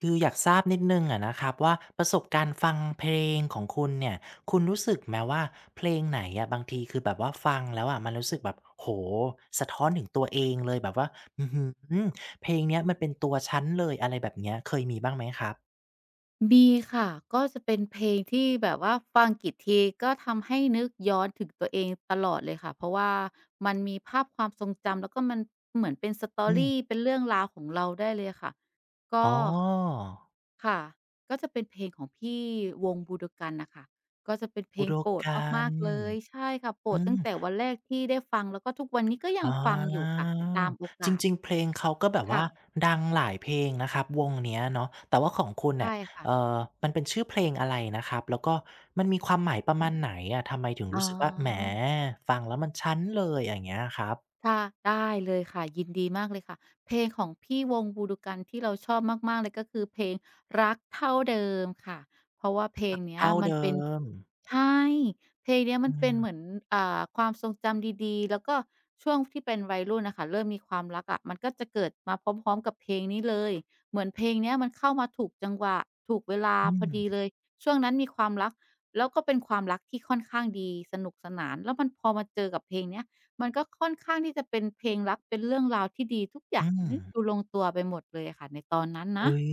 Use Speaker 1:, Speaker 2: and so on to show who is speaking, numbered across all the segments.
Speaker 1: คืออยากทราบนิดนึงอะนะครับว่าประสบการณ์ฟังเพลงของคุณเนี่ยคุณรู้สึกไหมว่าเพลงไหนอะบางทีคือแบบว่าฟังแล้วอะมันรู้สึกแบบโห้สะท้อนถึงตัวเองเลยแบบว่าอือหือเพลงเนี้ยมันเป็นตัวฉันเลยอะไรแบบเนี้ยเคยมีบ้างไหมครับ
Speaker 2: มีค่ะก็จะเป็นเพลงที่แบบว่าฟังกี่ทีก็ทำให้นึกย้อนถึงตัวเองตลอดเลยค่ะเพราะว่ามันมีภาพความทรงจำแล้วก็มันเหมือนเป็นสตอ
Speaker 1: อืม
Speaker 2: รี่เป็นเรื่องราวของเราได้เลยค่ะ
Speaker 1: อ๋
Speaker 2: ก็
Speaker 1: อ
Speaker 2: ค่ะก็จะเป็นเพลงของพี่วงบูดก k ร n น่ะค่ะก็จะเป็นเพล
Speaker 1: บุ
Speaker 2: ง
Speaker 1: โด
Speaker 2: โปรด
Speaker 1: กั
Speaker 2: มา
Speaker 1: น
Speaker 2: กๆเลยใช่ค่ะโปร
Speaker 1: อื
Speaker 2: ดตั้งแต่
Speaker 1: ม
Speaker 2: วันแรกที่ได้ฟังแล้วก็ทุกวันนี้ก็ยั
Speaker 1: อ
Speaker 2: งฟังอยู่
Speaker 1: า
Speaker 2: ค่ะตามโอ
Speaker 1: จ
Speaker 2: กาส
Speaker 1: ริงๆ เพลงเขาก็แบบว่า
Speaker 2: ค่ะ
Speaker 1: ดังหลายเพลงนะครับวงเนี้ยเนาะแต่ว่าของคุณเนี่ย
Speaker 2: ใช่ค่ะ
Speaker 1: เอ่อมันเป็นชื่อเพลงอะไรนะครับ แล้วก็มันมีความหมายประมาณไหนอะทำไมถึง
Speaker 2: อ๋อ
Speaker 1: รู้สึกว่าแหมฟังแล้วมันชั้นเลยอย่างเงี้ยครับ
Speaker 2: ค่ะได้เลยค่ะยินดีมากเลยค่ะเพลงของพี่วงบูดูกันที่เราชอบมากๆเลยก็คือเพลงรักเท่าเดิมค่ะเพราะว่าเพล
Speaker 1: รั
Speaker 2: ง
Speaker 1: ก
Speaker 2: เนี้ย
Speaker 1: เท่า
Speaker 2: มัน
Speaker 1: เดิ
Speaker 2: เป็น
Speaker 1: ม
Speaker 2: ใช่เพลงเนี้ยมั
Speaker 1: อื
Speaker 2: นเป็น
Speaker 1: ม
Speaker 2: เหมือนความทรงจำดีๆแล้วก็ช่วงที่เป็นวัยรุ่นน่ะค่ะเริ่มมีความรักอะมันก็จะเกิดมาพร้อมๆกับเพลงนี้เลยเหมือนเพลงเนี้ยมันเข้ามาถูกจังหวะถูกเวลา
Speaker 1: อื
Speaker 2: พอ
Speaker 1: ม
Speaker 2: ดีเลยช่วงนั้นมีความรักแล้วก็เป็นความรักที่ค่อนข้างดีสนุกสนานแล้วมันพอมาเจอกับเพลงเนี้ยมันก็ค่อนข้างที่จะเป็นเพลงรักเป็นเรื่องราวที่ดีทุกอย่า
Speaker 1: อื
Speaker 2: ง
Speaker 1: ม
Speaker 2: นี่ดูลงตัวไปหมดเลยอะค่ะในตอนนั้นนะ
Speaker 1: อุ๊ย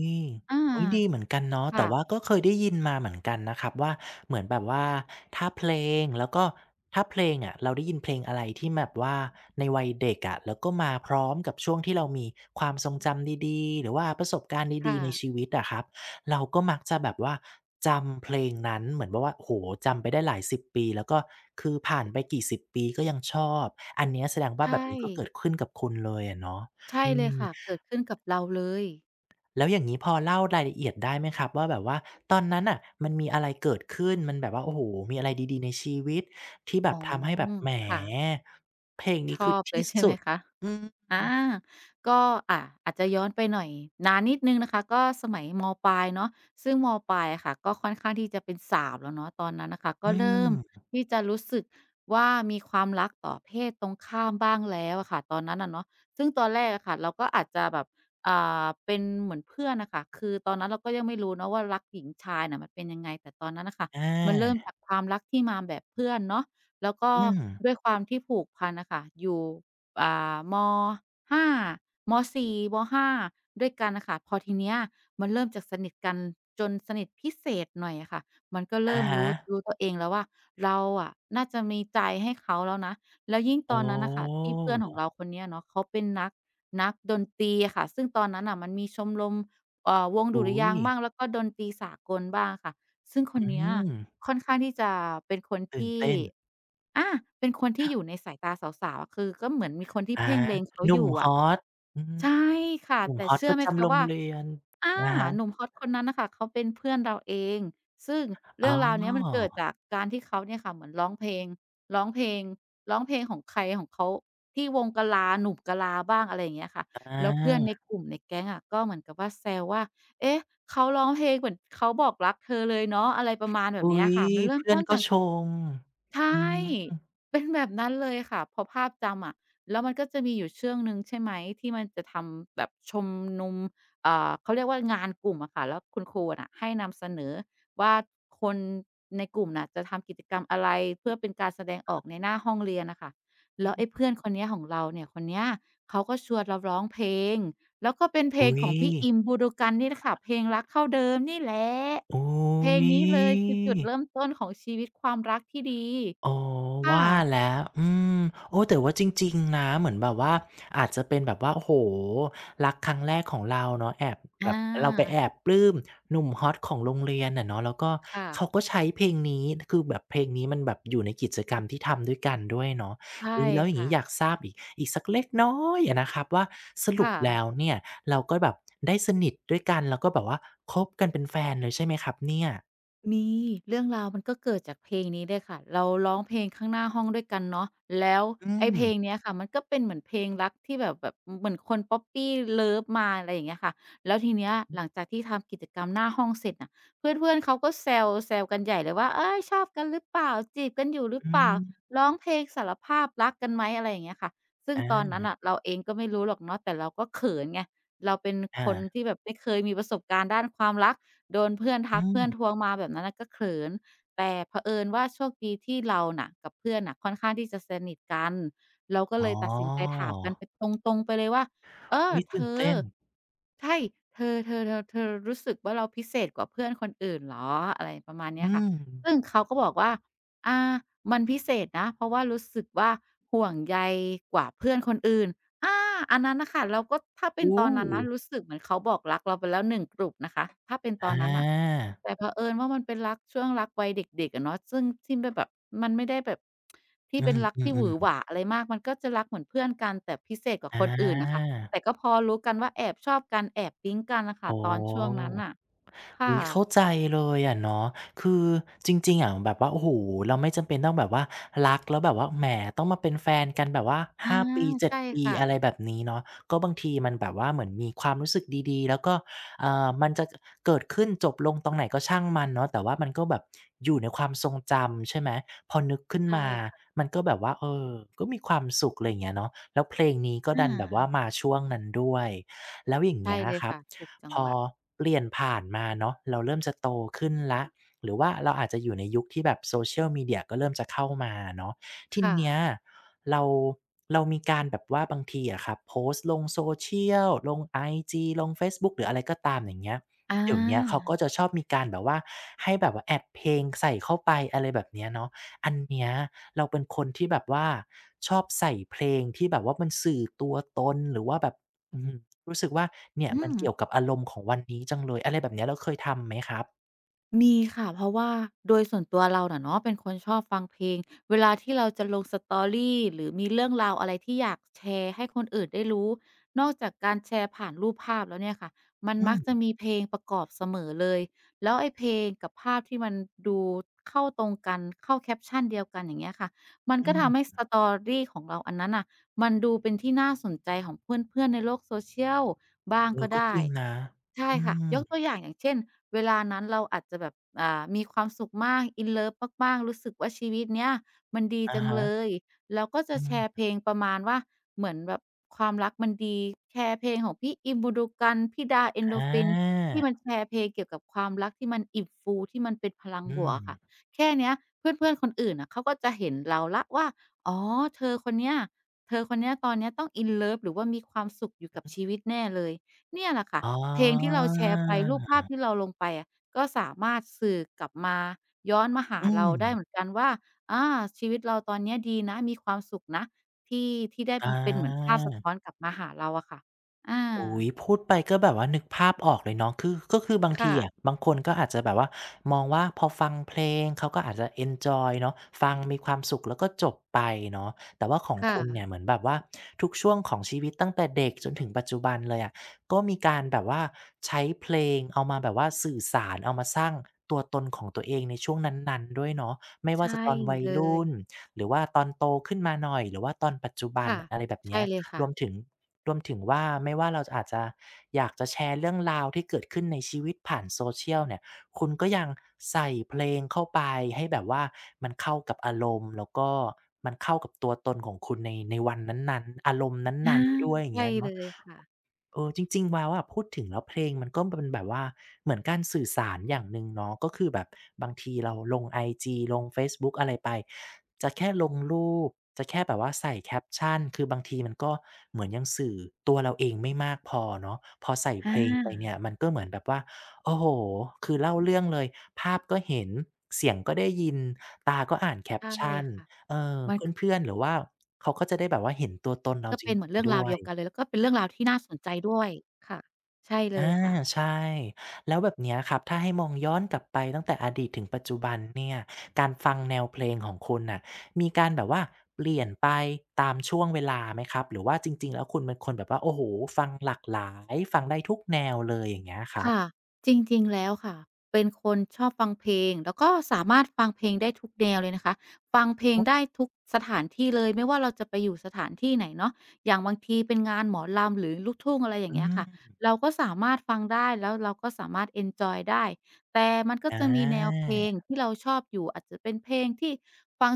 Speaker 2: อา
Speaker 1: อุ๊ยดีเหมือนกันเนาะแต่ว่า
Speaker 2: ค่ะ
Speaker 1: ก็เคยได้ยินมาเหมือนกันนะครับว่าเหมือนแบบว่าถ้าเพลงแล้วก็ถ้าเพลงอะเราได้ยินเพลงอะไรที่แบบว่าในวัยเด็กอะแล้วก็มาพร้อมกับช่วงที่เรามีความทรงจำดีๆหรือว่าประสบการณ์ดี
Speaker 2: ค่ะ
Speaker 1: ๆในชีวิตอะครับเราก็มักจะแบบว่าจำเพลงนั้นเหมือนแบบว่าโอ้โฮจำไปได้หลาย10ปีแล้วก็คือผ่านไปกี่ 10 ปีก็ยังชอบอันเนี้ยแสดงว่าแบ
Speaker 2: ใช่
Speaker 1: บนี้ก็เกิดขึ้นกับคุณเลยอะเนาะ
Speaker 2: ใช่
Speaker 1: อื
Speaker 2: เลย
Speaker 1: ม
Speaker 2: ค่ะเกิดขึ้นกับเราเลย
Speaker 1: แล้วอย่างนี้พอเล่ารายละเอียดได้ไหมครับว่าแบบว่าตอนนั้นน่ะมันมีอะไรเกิดขึ้นมันแบบว่าโอ้โฮมีอะไรดีๆในชีวิตที่แบ
Speaker 2: อ๋อ
Speaker 1: บทำให้แบบแหม
Speaker 2: ค่ะ
Speaker 1: เพลง
Speaker 2: ช
Speaker 1: นี้คือ
Speaker 2: อบเล
Speaker 1: ที่
Speaker 2: ยใช่ไห
Speaker 1: สุ
Speaker 2: ม
Speaker 1: ด
Speaker 2: คะ
Speaker 1: อืม
Speaker 2: อาก็อาจจะย้อนไปหน่อยนานนิดหนึ่งนะคะก็สมัยมปลายเนาะซึ่งมปลายอะค่ะก็ค่อนข้างที่จะเป็นสาวแล้วเนาะตอนนั้นน่ะค่ะก็
Speaker 1: อื
Speaker 2: เริ่ม
Speaker 1: ม
Speaker 2: ที่จะรู้สึกว่ามีความรักต่อเพศตรงข้ามบ้างแล้วอะค่ะตอนนั้นน่ะเนาะซึ่งตอนแรกอะค่ะเราก็อาจจะแบบอ่เป็นเหมือนเพื่อนน่ะค่ะคือตอนนั้นเราก็ยังไม่รู้เนาะว่ารักหญิงชายน่ะมันเป็นยังไงแต่ตอนนั้นน่ะค่ะ
Speaker 1: อ
Speaker 2: มันเริ่ม
Speaker 1: า
Speaker 2: จากความรักที่มาแบบเพื่อนเนาะแล้วก็
Speaker 1: อืม
Speaker 2: ด้วยความที่ผูกพันน่ะค่ะอยู่ อ่าม5ม4ม5ด้วยกันน่ะค่ะพอทีเนี้ยมันเริ่มจากสนิทกันจนสนิทพิเศษหน่อยอะค่ะมันก็
Speaker 1: อะ
Speaker 2: เริ่ม
Speaker 1: ฮะ
Speaker 2: รู้ตัวเองแล้วว่าเราอะน่าจะมีใจให้เขาแล้วนะแล้วยิ่ง
Speaker 1: อ๋
Speaker 2: ตอ
Speaker 1: อ
Speaker 2: นนั้นน่ะค่ะที่เพื่อนของเราคนเนี้ยเนาะเขาเป็นนักดนตรีอะค่ะซึ่งตอนนั้นน่ะมันมีชมรมวงดุริ
Speaker 1: อุ๊
Speaker 2: ยา
Speaker 1: ย
Speaker 2: งค์บ้างแล้วก็ดนตรีสากลบ้างอะค่ะ ซึ่งคน
Speaker 1: อื
Speaker 2: เนี้ย
Speaker 1: ม
Speaker 2: ค่อนข้างที่จะเป็นคน
Speaker 1: ตื่น
Speaker 2: ที่
Speaker 1: เต้น
Speaker 2: อาเป็นคนที่อยู่ในสายตาสาวๆอะคือก็เหมือนมีคนที่
Speaker 1: อา
Speaker 2: เพ่งเล็งเขา
Speaker 1: ห
Speaker 2: อ
Speaker 1: นุ่ม
Speaker 2: ยู่
Speaker 1: ฮ
Speaker 2: อะ
Speaker 1: อตอืม
Speaker 2: ใช่ค่ะ
Speaker 1: หนุ่ม
Speaker 2: แต่
Speaker 1: ฮอต
Speaker 2: เชื่
Speaker 1: ป
Speaker 2: อ
Speaker 1: ระ
Speaker 2: ไหม
Speaker 1: จำ
Speaker 2: คะ
Speaker 1: โรง
Speaker 2: ว่า
Speaker 1: เรียน
Speaker 2: อา
Speaker 1: อะฮะ
Speaker 2: หนุ่มฮอตคนนั้นน่ะค่ะเขาเป็นเพื่อนเราเองซึ่ง
Speaker 1: อ๋
Speaker 2: เรื่
Speaker 1: อ
Speaker 2: องราวเนี้ยมันเกิดจากการที่เขาเนี่ยค่ะเหมือนร้องเพลงร้องเพลงของใครของเขาที่วงกะลาหนุ่มกะลาบ้างอะไรอย่างเงี้ยค่ะ
Speaker 1: อา
Speaker 2: แล้วเพื่อนในกลุ่มในแก๊งอะก็เหมือนกับว่าแซวว่าเอ๊ะเขาร้องเพลงเหมือนเขาบอกรักเธอเลยเนาะอะไรประมาณแบบ
Speaker 1: อุ๊
Speaker 2: เนี้ย
Speaker 1: ย
Speaker 2: ค่ะมันเริ่ม
Speaker 1: เพื่อน
Speaker 2: ต้น
Speaker 1: ก็
Speaker 2: จาก
Speaker 1: ชมอื
Speaker 2: ใช่
Speaker 1: ม
Speaker 2: เป็นแบบนั้นเลยค่ะพอภาพจำอะแล้วมันก็จะมีอยู่ช่วงหนึ่งใช่ไหมที่มันจะทำแบบชมนุมเขาเรียกว่างานกลุ่มอะค่ะแล้วคุณครูน่ะให้นำเสนอว่าคนในกลุ่มน่ะจะทำกิจกรรมอะไรเพื่อเป็นการแสดงออกในหน้าห้องเรียนน่ะค่ะแล้วไอ้เพื่อนคนเนี้ยของเราเนี่ยคนเนี้ยเขาก็ชวนเราร้องเพลงแล้วก็เป็นเพล
Speaker 1: อุ๊
Speaker 2: ง
Speaker 1: ย
Speaker 2: ของพี่อิม Budokan นี่แหละค่ะเพลงรักเท่าเดิมนี่แหละ
Speaker 1: อุ๊
Speaker 2: เพลงนี้เลยคือ
Speaker 1: ย
Speaker 2: จุดเริ่มต้นของชีวิตความรักที่ดี
Speaker 1: อ๋อ
Speaker 2: ค่ะ
Speaker 1: ว่าแล้วอืมโอ้แต่ว่าจริงๆนะเหมือนแบบว่าอาจจะเป็นแบบว่าโอ้โฮรักครั้งแรกของเราเนาะแอบแบ
Speaker 2: อ
Speaker 1: บเราไปแอ
Speaker 2: า
Speaker 1: บปลื้มหนุ่มฮอตของโรงเรียนอะเนาะแล้วก็
Speaker 2: ค่ะ
Speaker 1: เขาก็ใช้เพลงนี้คือแบบเพลงนี้มันแบบอยู่ในกิจกรรมที่ทำด้วยกันด้วยเนาะ
Speaker 2: ใช่
Speaker 1: อุ๊ยแล้วอย่าง
Speaker 2: ค่ะ
Speaker 1: งี้อยากทราบอีกอีกสักเล็กน้อยอะนะครับว่าสรุป
Speaker 2: ค่ะ
Speaker 1: แล้วเนี่ยเราก็แบบได้สนิทด้วยกันแล้วก็แบบว่าคบกันเป็นแฟนเลยใช่ไหมครับเนี่ย
Speaker 2: มีเรื่องราวมันก็เกิดจากเพลงนี้เลยค่ะเราร้องเพลงข้างหน้าห้องด้วยกันเนาะแล้ว
Speaker 1: อื
Speaker 2: ไอ้
Speaker 1: ม
Speaker 2: เพลงเนี้ยค่ะมันก็เป็นเหมือนเพลงรักที่แบบเหมือนคน Puppy Love มาอะไรอย่างเงี้ยค่ะแล้วทีเนี้ยหลังจากที่ทำกิจกรรมหน้าห้องเสร็จน่ะเพื่อนๆเขาก็แซวกันใหญ่เลยว่าเฮ้ยชอบกันหรือเปล่าจีบกันอยู่หรือ
Speaker 1: อื
Speaker 2: เปล่า
Speaker 1: ม
Speaker 2: ร้องเพลงสารภาพรักกันไหมอะไรอย่างเงี้ยค่ะซึ่
Speaker 1: อ
Speaker 2: งตอนนั้นน่ะ
Speaker 1: า
Speaker 2: เราเองก็ไม่รู้หรอกเนาะแต่เราก็เขินไงเราเป็นค
Speaker 1: อา
Speaker 2: นที่แบบไม่เคยมีประสบการณ์ด้านความรัก โดน
Speaker 1: อืม
Speaker 2: เพื่อนทวงมาแบบนั้นน่ะก็เขิน แต่เผอิญว่าโชคดีที่เราน่ะกับเพื่อนน่ะค่อนข้างที่จะสนิทกันเราก็
Speaker 1: อ๋อ
Speaker 2: เลยตัดสินใจถามกันไปตรงๆไปเลยว่าเออ
Speaker 1: อุ๊ย
Speaker 2: เธ
Speaker 1: ตื่น
Speaker 2: อ
Speaker 1: เต้น
Speaker 2: ใช่เธอรู้สึกว่าเราพิเศษกว่าเพื่อนคนอื่นเหรออะไรประมาณเนี้ย
Speaker 1: อื
Speaker 2: ค่ะ
Speaker 1: ม
Speaker 2: ซึ่งเขาก็บอกว่าอามันพิเศษนะเพราะว่ารู้สึกว่าห่วงใยกว่าเพื่อนคนอื่น อาอันนั้นน่ะค่ะเราก็ถ้าเป็น
Speaker 1: โอ้
Speaker 2: ตอนนั้นนะรู้สึกเหมือนเขาบอกรักเราไปแล้วหนึ่งกลุ่มนะคะถ้าเป็น
Speaker 1: อ
Speaker 2: ตอนนั้นน่ะ
Speaker 1: า
Speaker 2: แต่เผอิญว่ามันเป็นรักช่วงรักวัยเด็กๆอะเนาะซึ่งที่ไม่แบบมันไม่ได้แบบ
Speaker 1: อื
Speaker 2: ที่เป็นรักที่หวือห
Speaker 1: ม
Speaker 2: วาอะไรมากมันก็จะรักเหมือนเพื่อนกันแต่พิเศ
Speaker 1: ๆ
Speaker 2: ษก
Speaker 1: ๆ
Speaker 2: ว่า
Speaker 1: อา
Speaker 2: คนอื่นน่ะค่ะแต่ก็พอรู้กันว่าแอบชอบกันแอบปิ๊งกันน่ะ
Speaker 1: อ๋
Speaker 2: ค่ะ
Speaker 1: อ
Speaker 2: ตอนช่วงนั้นน่ะค่ะ
Speaker 1: อุ๊ยเข้าใจเลยอะเนาะคือจริงๆอะแบบว่าโอ้โฮเราไม่จำเป็นต้องแบบว่ารักแล้วแบบว่าแหมต้องมาเป็นแฟนกันแบบว่า
Speaker 2: อา
Speaker 1: 5ปี7
Speaker 2: ใช่
Speaker 1: ปี
Speaker 2: ค่ะ
Speaker 1: อะไรแบบนี้เนาะก็บางทีมันแบบว่าเหมือนมีความรู้สึกดีๆแล้วก็มันจะกเกิดขึ้นจบลงตรงไหนก็ช่างมันเนาะแต่ว่ามันก็แบบอยู่ในความทรงจำใช่ไหมพอนึกขึ้น
Speaker 2: ใช่
Speaker 1: มา
Speaker 2: ค่ะ
Speaker 1: มันก็แบบว่าเออก็มีความสุขไรเงี้ยเนาะแล้วเพลงนี้ก็ดั
Speaker 2: อา
Speaker 1: นแบบว่ามาช่วงนั้นด้วยแล้วอย่าง
Speaker 2: ใช่
Speaker 1: เงี้ย
Speaker 2: เลย
Speaker 1: ครับ
Speaker 2: ค่ะถูกจั
Speaker 1: พ
Speaker 2: งห
Speaker 1: อ
Speaker 2: วะ
Speaker 1: เปลี่ยนผ่านมาเนาะเราเริ่มจะโตขึ้นแล้วหรือว่าเราอาจจะอยู่ในยุคที่แบบ Social Media ก็เริ่มจะเข้ามาเนาะที
Speaker 2: ค่ะ
Speaker 1: เนี้ยเรามีการแบบว่าบางทีอะครับโพสต์ลง Social ลงไอจีลงเฟซบุ๊กหรืออะไรก็ตามอย่างเงี้ย
Speaker 2: อ
Speaker 1: เดี๋ยวเนี้ย
Speaker 2: า
Speaker 1: เขาก็จะชอบมีการแบบว่าให้แบบว่าแอดเพลงใส่เข้าไปอะไรแบบเนี้ยเนาะอันเนี้ยเราเป็นคนที่แบบว่าชอบใส่เพลงที่แบบว่ามันสื่อตัวตนหรือว่าแบบ อืมรู้สึกว่าเนี่ย
Speaker 2: อื
Speaker 1: มัน
Speaker 2: ม
Speaker 1: เกี่ยวกับอารมณ์ของวันนี้จังเลยอะไรแบบเนี้ยเราเคยทำไหมครับ
Speaker 2: มีค่ะเพราะว่าโดยส่วนตัวเราน่ะเนาะเป็นคนชอบฟังเพลงเวลาที่เราจะลง Story หรือมีเรื่องราวอะไรที่อยากแชร์ให้คนอื่นได้รู้นอกจากการแชร์ผ่านรูปภาพแล้วเนี่ยค่ะมัน
Speaker 1: อื
Speaker 2: มัก
Speaker 1: ม
Speaker 2: จะมีเพลงประกอบเสมอเลยแล้วไอ้เพลงกับภาพที่มันดูเข้าตรงกันเข้าแคปชันเดียวกันอย่างเงี้ยค่ะมันก็ทำให้
Speaker 1: ๆ
Speaker 2: Story ของเราอันนั้นน่ะ มันดูเป็นที่น่าสนใจของเพื่อนๆในโลก social บ้าง
Speaker 1: เออ
Speaker 2: ก็
Speaker 1: ก็จ
Speaker 2: ได้
Speaker 1: ริงนะ
Speaker 2: ใช่
Speaker 1: อื
Speaker 2: ค่ะย
Speaker 1: ม
Speaker 2: กตัวอย่างอย่างเช่นเวลานั้นเราอาจจะแบบมีความสุขมาก in love มากๆรู้สึกว่าชีวิตเนี้ยมันดี
Speaker 1: อะ
Speaker 2: จัง
Speaker 1: ฮะ
Speaker 2: เลยเราก็จะ
Speaker 1: อื
Speaker 2: แชร์เพ
Speaker 1: ม
Speaker 2: ลงประมาณว่าเหมือนแบบความรักมันดีแชร์เพลงของพี่อิมบูดูก AN พี่ดาเอ d
Speaker 1: อ
Speaker 2: o r p h
Speaker 1: า
Speaker 2: i n ที่มันแชร์เพลงเกี่ยวกับความรักที่มันอิ่มฟูที่มันเป็นพลังบ
Speaker 1: อื
Speaker 2: วก
Speaker 1: ม
Speaker 2: อะค่ะแค่เนี้ยเพื่อนๆคนอื่นน่ะเขาก็จะเห็นเราแล้วว่าอ๋อเธอคนเนี้ย เธอคนเนี้ยตอนเนี้ยต้อง in love หรือว่ามีความสุขอยู่กับชีวิตแน่เลยเนี่ยแหละค่ะ
Speaker 1: อ๋อ
Speaker 2: เพลงที่เราแชร์ไปรูปภาพที่เราลงไปอะก็สามารถสื่อกลับมาย้อนมาหา
Speaker 1: อื
Speaker 2: เรา
Speaker 1: ม
Speaker 2: ได้เหมือนกันว่าอาชีวิตเราตอนเนี้ยดีนะมีความสุขนะที่ที่ได้
Speaker 1: อ
Speaker 2: มันเป็นเหมือนภาพสะ
Speaker 1: า
Speaker 2: ท้อนกลับมาหาเราอะค่ะอา
Speaker 1: โอ้ยพูดไปก็แบบว่านึกภาพออกเลยเนาะคือก็คือบางที
Speaker 2: ค่ะ
Speaker 1: อะบางคนก็อาจจะแบบว่ามองว่าพอฟังเพลงเขาก็อาจจะเอนจอยเนาะฟังมีความสุขแล้วก็จบไปเนาะแต่ว่าของ
Speaker 2: ค่ะ
Speaker 1: คุณเนี่ยเหมือนแบบว่าทุกช่วงของชีวิตตั้งแต่เด็กจนถึงปัจจุบันเลยอะก็มีการแบบว่าใช้เพลงเอามาแบบว่าสื่อสารเอามาสร้างตัวตนของตัวเองในช่วงนั้นๆด้วยเนาะไม่ว่า
Speaker 2: ใช่
Speaker 1: จะตอนวัย
Speaker 2: เลย
Speaker 1: รุ่นหรือว่าตอนโตขึ้นมาหน่อยหรือว่าตอนปัจจุบัน
Speaker 2: ค่ะ
Speaker 1: อะไรแบบเนี้
Speaker 2: ใช่
Speaker 1: ย
Speaker 2: เลย
Speaker 1: ร
Speaker 2: ค่ะ
Speaker 1: วมถึงว่าไม่ว่าเราจะอาจจะอยากจะแชร์เรื่องราวที่เกิดขึ้นในชีวิตผ่าน social เนี่ยคุณก็ยังใส่เพลงเข้าไปให้แบบว่ามันเข้ากับอารมณ์แล้วก็มันเข้ากับตัวตนของคุณในวันนั้นๆอารมณ์น
Speaker 2: อา
Speaker 1: ั้นๆด้วยอย่าง
Speaker 2: ใช่
Speaker 1: เงี้ย
Speaker 2: เล
Speaker 1: เนาะ
Speaker 2: ยค่ะ
Speaker 1: เออจริงๆแล้วอะพูดถึงแล้วเพลงมันก็เป็นแบบว่าเหมือนการสื่อสารอย่างหนึ่งเนาะก็คือแบบบางทีเราลงไอจีลงเฟซบุ๊กอะไรไปจะแค่ลงรูปจะแค่แบบว่าใส่แคปชันคือบางทีมันก็เหมือนยังสื่อตัวเราเองไม่มากพอเนาะพอใส่เพ
Speaker 2: อา
Speaker 1: ลงไปเนี่ยมันก็เหมือนแบบว่าโอ้โฮคือเล่าเรื่องเลยภาพก็เห็นเสียงก็ได้ยินตาก็อ่านแคป
Speaker 2: ใช่
Speaker 1: ชัน
Speaker 2: ค่ะ
Speaker 1: เออ
Speaker 2: มัน
Speaker 1: เพื่อนๆหรือว่าเขาก็จะได้แบบว่าเห็นตัวตนเรา
Speaker 2: ก็
Speaker 1: จ
Speaker 2: เป็นเหมือ
Speaker 1: ริ
Speaker 2: น
Speaker 1: ง
Speaker 2: เรื่อ
Speaker 1: ๆ
Speaker 2: งรา
Speaker 1: ด้
Speaker 2: ว
Speaker 1: ว
Speaker 2: เดี
Speaker 1: ย
Speaker 2: ยวกันเลยแล้วก็เป็นเรื่องราวที่น่าสนใจด้วยค่ะใช่เลย
Speaker 1: อา
Speaker 2: ค่ะ
Speaker 1: ใช่แล้วแบบเนี้ยครับถ้าให้มองย้อนกลับไปตั้งแต่อดีตถึงปัจจุบันเนี่ยการฟังแนวเพลงของคุณน่ะมีการแบบว่าเปลี่ยนไปตามช่วงเวลาไหมครับหรือว่าจริงๆแล้วคุณเป็นคนแบบว่าโอ้โฮฟังหลากหลายฟังได้ทุกแนวเลยอย่างเงี้ยครับ
Speaker 2: ค่ะจริงๆแล้วค่ะเป็นคนชอบฟังเพลงแล้วก็สามารถฟังเพลงได้ทุกแนวเลยนะคะฟังเพล
Speaker 1: โอ
Speaker 2: ง
Speaker 1: ้
Speaker 2: ได้ทุกสถานที่เลยไม่ว่าเราจะไปอยู่สถานที่ไหนเนาะอย่างบางทีเป็นงานหมอลำหรือลูกทุ่งอะไรอย่าง
Speaker 1: อื
Speaker 2: เงี้ยค่ะ
Speaker 1: ม
Speaker 2: เราก็สามารถฟังได้แล้วเราก็สามารถเอนจอยได้แต่มันก็
Speaker 1: อ
Speaker 2: จะมีแนวเพ
Speaker 1: า
Speaker 2: ลงที่เราชอบอยู่อาจจะเป็นเพลงที่ฟัง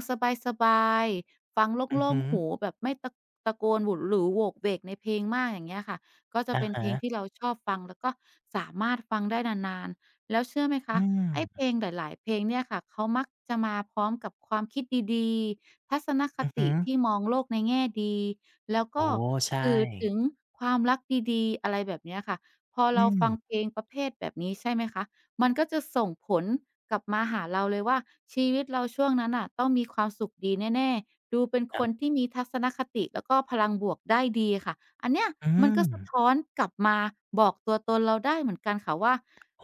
Speaker 2: สบายๆฟังโ
Speaker 1: อือ
Speaker 2: ล่ง
Speaker 1: ฮึ
Speaker 2: ๆหูแบบไม่ตะโกนหวุดหรือโหวกเหวกในเพลงมากอย่างเงี้ยค่ะ ก็จะ
Speaker 1: อะ
Speaker 2: เป็นเพ
Speaker 1: ฮะ
Speaker 2: ลงที่เราชอบฟังแล้วก็สามารถฟังได้นานๆ แล้วเชื่อไหม
Speaker 1: อื
Speaker 2: คะไอ้เพล
Speaker 1: ม
Speaker 2: งหลายๆ เพลงเนี่ยค่ะเขามักจะมาพร้อมกับความคิดดีๆทัศนค
Speaker 1: อือฮึ
Speaker 2: ติที่มองโลกในแง่ดีแล้ว
Speaker 1: โอ้
Speaker 2: ก็
Speaker 1: ใช่
Speaker 2: สื่อถึงความรักดีๆอะไรแบบเนี้ยค่ะพอ
Speaker 1: อื
Speaker 2: เรา
Speaker 1: ม
Speaker 2: ฟังเพลงประเภทแบบนี้ใช่ไหมคะมันก็จะส่งผลกลับมาหาเราเลยว่าชีวิตเราช่วงนั้นน่ะต้องมีความสุขดีแน่ๆ ดูเป็นคน
Speaker 1: อะ
Speaker 2: ที่มีทัศนคติแล้วก็พลังบวกได้ดีค่ะ อันเนี้ย
Speaker 1: อื
Speaker 2: มัน
Speaker 1: ม
Speaker 2: ก็สะท้อนกลับมาบอกตัวตนเราได้เหมือนกันค่ะว่า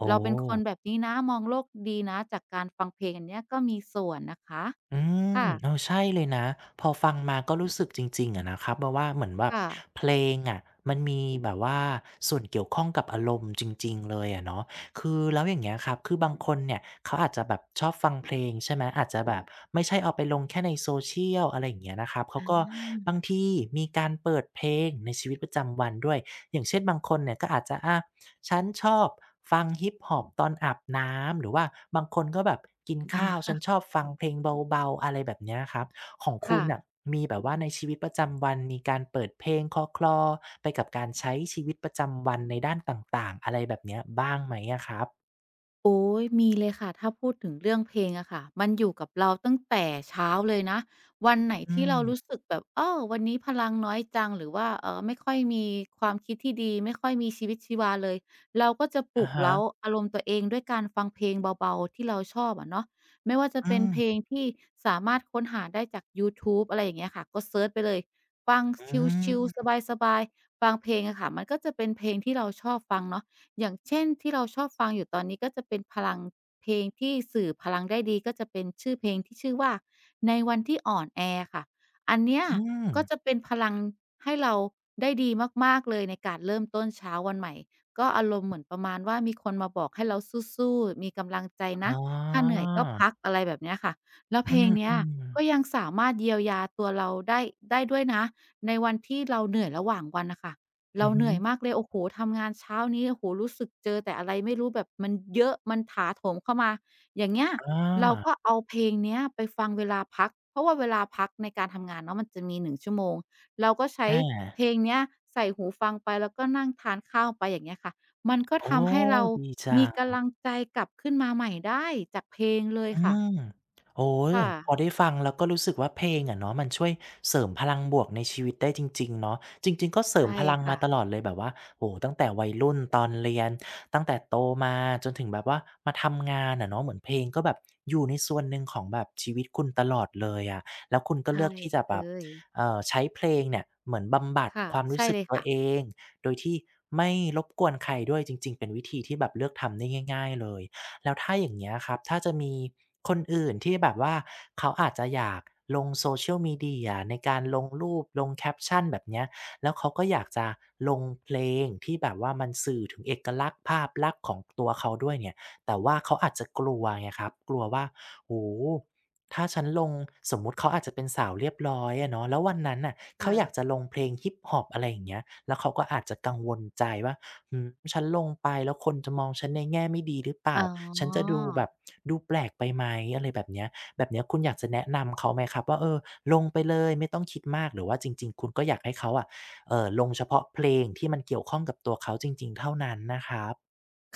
Speaker 1: โอ้
Speaker 2: เราเป็นคนแบบนี้นะมองโลกดีนะจากการฟังเพลงอันเนี้ยก็มีส่วนนะคะ
Speaker 1: อืมเออ
Speaker 2: ค่ะ
Speaker 1: ใช่เลยนะพอฟังมาก็รู้สึกจริงๆอะนะครับเพราะว่าเหมือนแบบ
Speaker 2: ค่ะ
Speaker 1: เพลงอะมันมีแบบว่าส่วนเกี่ยวข้องกับอารมณ์จริงๆเลยอะเนาะคือแล้วอย่างเงี้ยครับคือบางคนเนี่ยเขาอาจจะแบบชอบฟังเพลงใช่ไหมอาจจะแบบไม่ใช่เอาไปลงแค่ใน Social อะไรอย่างเงี้ยนะครับเขา
Speaker 2: อ
Speaker 1: ก็
Speaker 2: า
Speaker 1: บางทีมีการเปิดเพลงในชีวิตประจำวันด้วยอย่างเช่นบางคนเนี่ยก็อาจจะ ฉันชอบฟังฮิปฮอปตอนอาบน้ำหรือว่าบางคนก็แบบกิน
Speaker 2: อา
Speaker 1: ข้าวฉันช อบฟังเพลงเบาๆอะไรแบบเนี้ยครับของคุ
Speaker 2: ค่ะ
Speaker 1: ณน่ะมีแบบว่าในชีวิตประจำวันมีการเปิดเพลงคลอๆไปกับการใช้ชีวิตประจำวันในด้านต่างๆอะไรแบบเนี้ยบ้างไหมอะครับ
Speaker 2: โอ้ยมีเลยค่ะถ้าพูดถึงเรื่องเพลงอะค่ะมันอยู่กับเราตั้งแต่เช้าเลยนะวันไหน
Speaker 1: อื
Speaker 2: ที่
Speaker 1: ม
Speaker 2: เรารู้สึกแบบเออวันนี้พลังน้อยจังหรือว่าเออไม่ค่อยมีความคิดที่ดีไม่ค่อยมีชีวิตชีวาเลยเราก็จะป
Speaker 1: อะ
Speaker 2: ลุก
Speaker 1: ฮะ
Speaker 2: เร้าอารมณ์ตัวเองด้วยการฟังเพลงเบาๆที่เราชอบอะเนาะไม่ว่าจะ
Speaker 1: อื
Speaker 2: เป็นเพลง
Speaker 1: ม
Speaker 2: ที่สามารถค้นหาได้จากยูทูบอะไรอย่างเงี้ยค่ะก็เซิร์ชไปเลยฟัง
Speaker 1: อื
Speaker 2: ชิลๆ
Speaker 1: ม
Speaker 2: สบายๆฟังเพลงอะค่ะมันก็จะเป็นเพลงที่เราชอบฟังเนาะ อย่างเช่นที่เราชอบฟังอยู่ตอนนี้ก็จะเป็นพลังเพลงที่สื่อพลังได้ดีก็จะเป็นชื่อเพลงที่ชื่อว่าในวันที่อ่อนแอค่ะอันเนี้ย
Speaker 1: อืม
Speaker 2: ก็จะเป็นพลังให้เราได้ดีมากๆเลยในการเริ่มต้นเช้าวันใหม่ก็อารมณ์เหมือนประมาณว่ามีคนมาบอกให้เราสู้ๆมีกำลังใจ
Speaker 1: อ๋
Speaker 2: นะ
Speaker 1: อ
Speaker 2: ถ้าเหนื่อยก็พักอะไรแบบเนี้ยค่ะแล้ว
Speaker 1: อื
Speaker 2: เพลงเนี้ยก็ยั
Speaker 1: ม
Speaker 2: งสามารถเยียวยาตัวเราได้ได้ด้วยนะในวันที่เราเหนื่อยระหว่างวันน่ะค่ะ
Speaker 1: ๆอื
Speaker 2: เรา
Speaker 1: อ
Speaker 2: เห
Speaker 1: ฮึ
Speaker 2: นื่อยมากเลยโอ้โฮทำงานเช้านี้โอ้โฮรู้สึกเจอแต่อะไรไม่รู้แบบมันเยอะมันถาโถมเข้ามาอย่างเงี้ย
Speaker 1: อ
Speaker 2: เรา
Speaker 1: า
Speaker 2: ก็เอาเพลงเนี้ยไปฟังเวลาพักเพราะว่าเวลาพักในการทำงานเนาะมันจะมี1ชั่วโมงเราก็ใช้
Speaker 1: อา
Speaker 2: เพลงเนี้ยใส่หูฟังไปแล้วก็นั่งทานข้าวไปอย่างเงี้ยค่ะมันก็
Speaker 1: โอ้
Speaker 2: ทำให้เรา
Speaker 1: ดีจั
Speaker 2: มี
Speaker 1: ง
Speaker 2: กำลังใจกลับขึ้นมาใหม่ได้จากเพลงเลย
Speaker 1: อื
Speaker 2: ค่ะ
Speaker 1: มโอ้โฮ
Speaker 2: ค่ะ
Speaker 1: พอได้ฟังแล้วก็รู้สึกว่าเพลงอะเนาะมันช่วยเสริมพลังบวกในชีวิตได้จริงๆเนาะจริงๆก็เสริม
Speaker 2: ใช่
Speaker 1: พลังมา
Speaker 2: ค่ะ
Speaker 1: ตลอดเลยแบบว่าโอ้โฮตั้งแต่วัยรุ่นตอนเรียนตั้งแต่โตมาจนถึงแบบว่ามาทำงานอะเนาะเหมือนเพลงก็แบบอยู่ในส่วนหนึ่งของแบบชีวิตคุณตลอดเลยอะแล้วคุณก็เลื
Speaker 2: ใช่
Speaker 1: อกที่จะ
Speaker 2: เล
Speaker 1: แบบ
Speaker 2: ย
Speaker 1: ใช้เพลงเนี่ยเหมือนบำบัด
Speaker 2: ค่ะ
Speaker 1: ความรู้
Speaker 2: ใช่
Speaker 1: สึก
Speaker 2: เลย
Speaker 1: ตัว
Speaker 2: ค่ะ
Speaker 1: เองโดยที่ไม่รบกวนใครด้วยจริงๆเป็นวิธีที่แบบเลือกทำได้ง่ายๆเลย แล้วถ้าอย่างเงี้ยครับถ้าจะมีคนอื่นที่แบบว่าเขาอาจจะอยากลง Social Media ในการลงรูปลงแคปชันแบบเนี้ยแล้วเขาก็อยากจะลงเพลงที่แบบว่ามันสื่อถึงเอกลักษณ์ภาพลักษณ์ของตัวเขาด้วยเนี่ยแต่ว่าเขาอาจจะกลัวไงครับกลัวว่าโอ้โฮถ้าฉันลงสมมุติเขาอาจจะเป็นสาวเรียบร้อยอะเนาะแล้ววันนั้นน่ะเขา
Speaker 2: ค่ะ
Speaker 1: อยากจะลงเพลงฮิปฮอปอะไรอย่างเงี้ยแล้วเขาก็อาจจะกังวลใจว่า หือฉันลงไปแล้วคนจะมองฉันในแง่ไม่ดีหรือเปล่า
Speaker 2: อ๋
Speaker 1: ฉันจะ
Speaker 2: อ
Speaker 1: ดูแบบดูแปลกไปไหมอะไรแบบเนี้ยแบบเนี้ยคุณอยากจะแนะนำเขาไหมครับว่าเออลงไปเลยไม่ต้องคิดมากหรือว่าจริงๆคุณก็อยากให้เขาอะลงเฉพาะเพลงที่มันเกี่ยวข้องกับตัวเขาจริงๆเท่านั้นนะครับ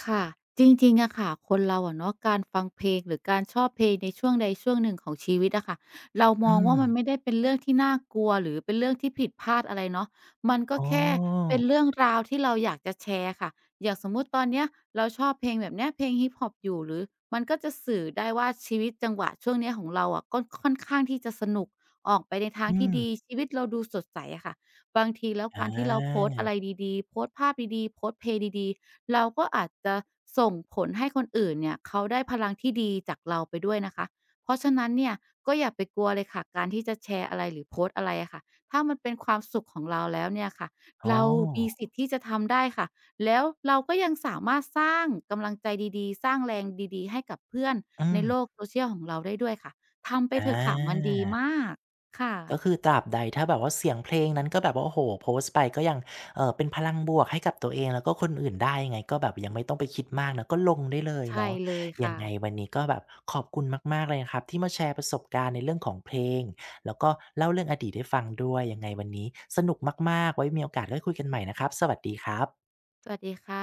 Speaker 2: ค่ะจริงๆอะค่ะคนเราอะเนาะการฟังเพลงหรือการชอบเพลงในช่วงใดช่วงหนึ่งของชีวิตอะค่ะเราม
Speaker 1: อื
Speaker 2: องว่ามันไม่
Speaker 1: ม
Speaker 2: ได้เป็นเรื่องที่น่ากลัวหรือเป็นเรื่องที่ผิดพลาดอะไรเนาะมันก็
Speaker 1: อ๋อ
Speaker 2: แค่เป็นเรื่องราวที่เราอยากจะแชร์ค่ะอย่างสมมุติตอนเนี้ยเราชอบเพลงแบบเนี้ยเพลงฮิปฮอปอยู่หรือมันก็จะสื่อได้ว่าชีวิตจังหวะช่วงเนี้ยของเราอะก็ค่อนข้างที่จะสนุกออกไปในทาง
Speaker 1: อื
Speaker 2: ที่
Speaker 1: ม
Speaker 2: ดีชีวิตเราดูสดใสอะค่ะ บางทีแล้ว
Speaker 1: อ
Speaker 2: การที่เราโพส
Speaker 1: า
Speaker 2: ต์อะไรดีๆโพสต์ภาพดีๆโพสต์เพลงดีๆเราก็อาจจะส่งผลให้คนอื่นเนี่ยเขาได้พลังที่ดีจากเราไปด้วยนะคะเพราะฉะนั้นเนี่ยก็อย่าไปกลัวเลยค่ะการที่จะแชร์อะไรหรือโพสต์อะไรอะค่ะถ้ามันเป็นความสุขของเราแล้วเนี่ยค่ะ
Speaker 1: อ๋อ
Speaker 2: เรามีสิทธิ์ที่จะทำได้ค่ะแล้วเราก็ยังสามารถสร้างกำลังใจดีๆสร้างแรงดีๆให้กับเพื่อน
Speaker 1: อื
Speaker 2: ในโลก
Speaker 1: ม
Speaker 2: social ของเราได้ด้วยค่ะทำไป
Speaker 1: อ
Speaker 2: เถอะค่ะมันดี
Speaker 1: า
Speaker 2: มากค
Speaker 1: ก็คื
Speaker 2: ่ะ
Speaker 1: อตราบใดถ้าแบบว่าเสียงเพลงนั้นก็แบบว่าโอ้โฮโพสต์ไปก็ยังเป็นพลังบวกให้กับตัวเองแล้วก็คนอื่นได้ยังไงก็แบบยังไม่ต้องไปคิดมากเนาะก็ลงได้เลย
Speaker 2: ใช่
Speaker 1: เนาะ
Speaker 2: เลย
Speaker 1: ยัง
Speaker 2: ค่ะ
Speaker 1: ไงวันนี้ก็แบบขอบคุณมากๆเลยนะครับที่มาแชร์ประสบการณ์ในเรื่องของเพลงแล้วก็เล่าเรื่องอดีตให้ฟังด้วยยังไงวันนี้สนุกมากๆไว้มีโอกาสได้คุยกันใหม่นะครับสวัสดีครับ
Speaker 2: สวัสดีค่ะ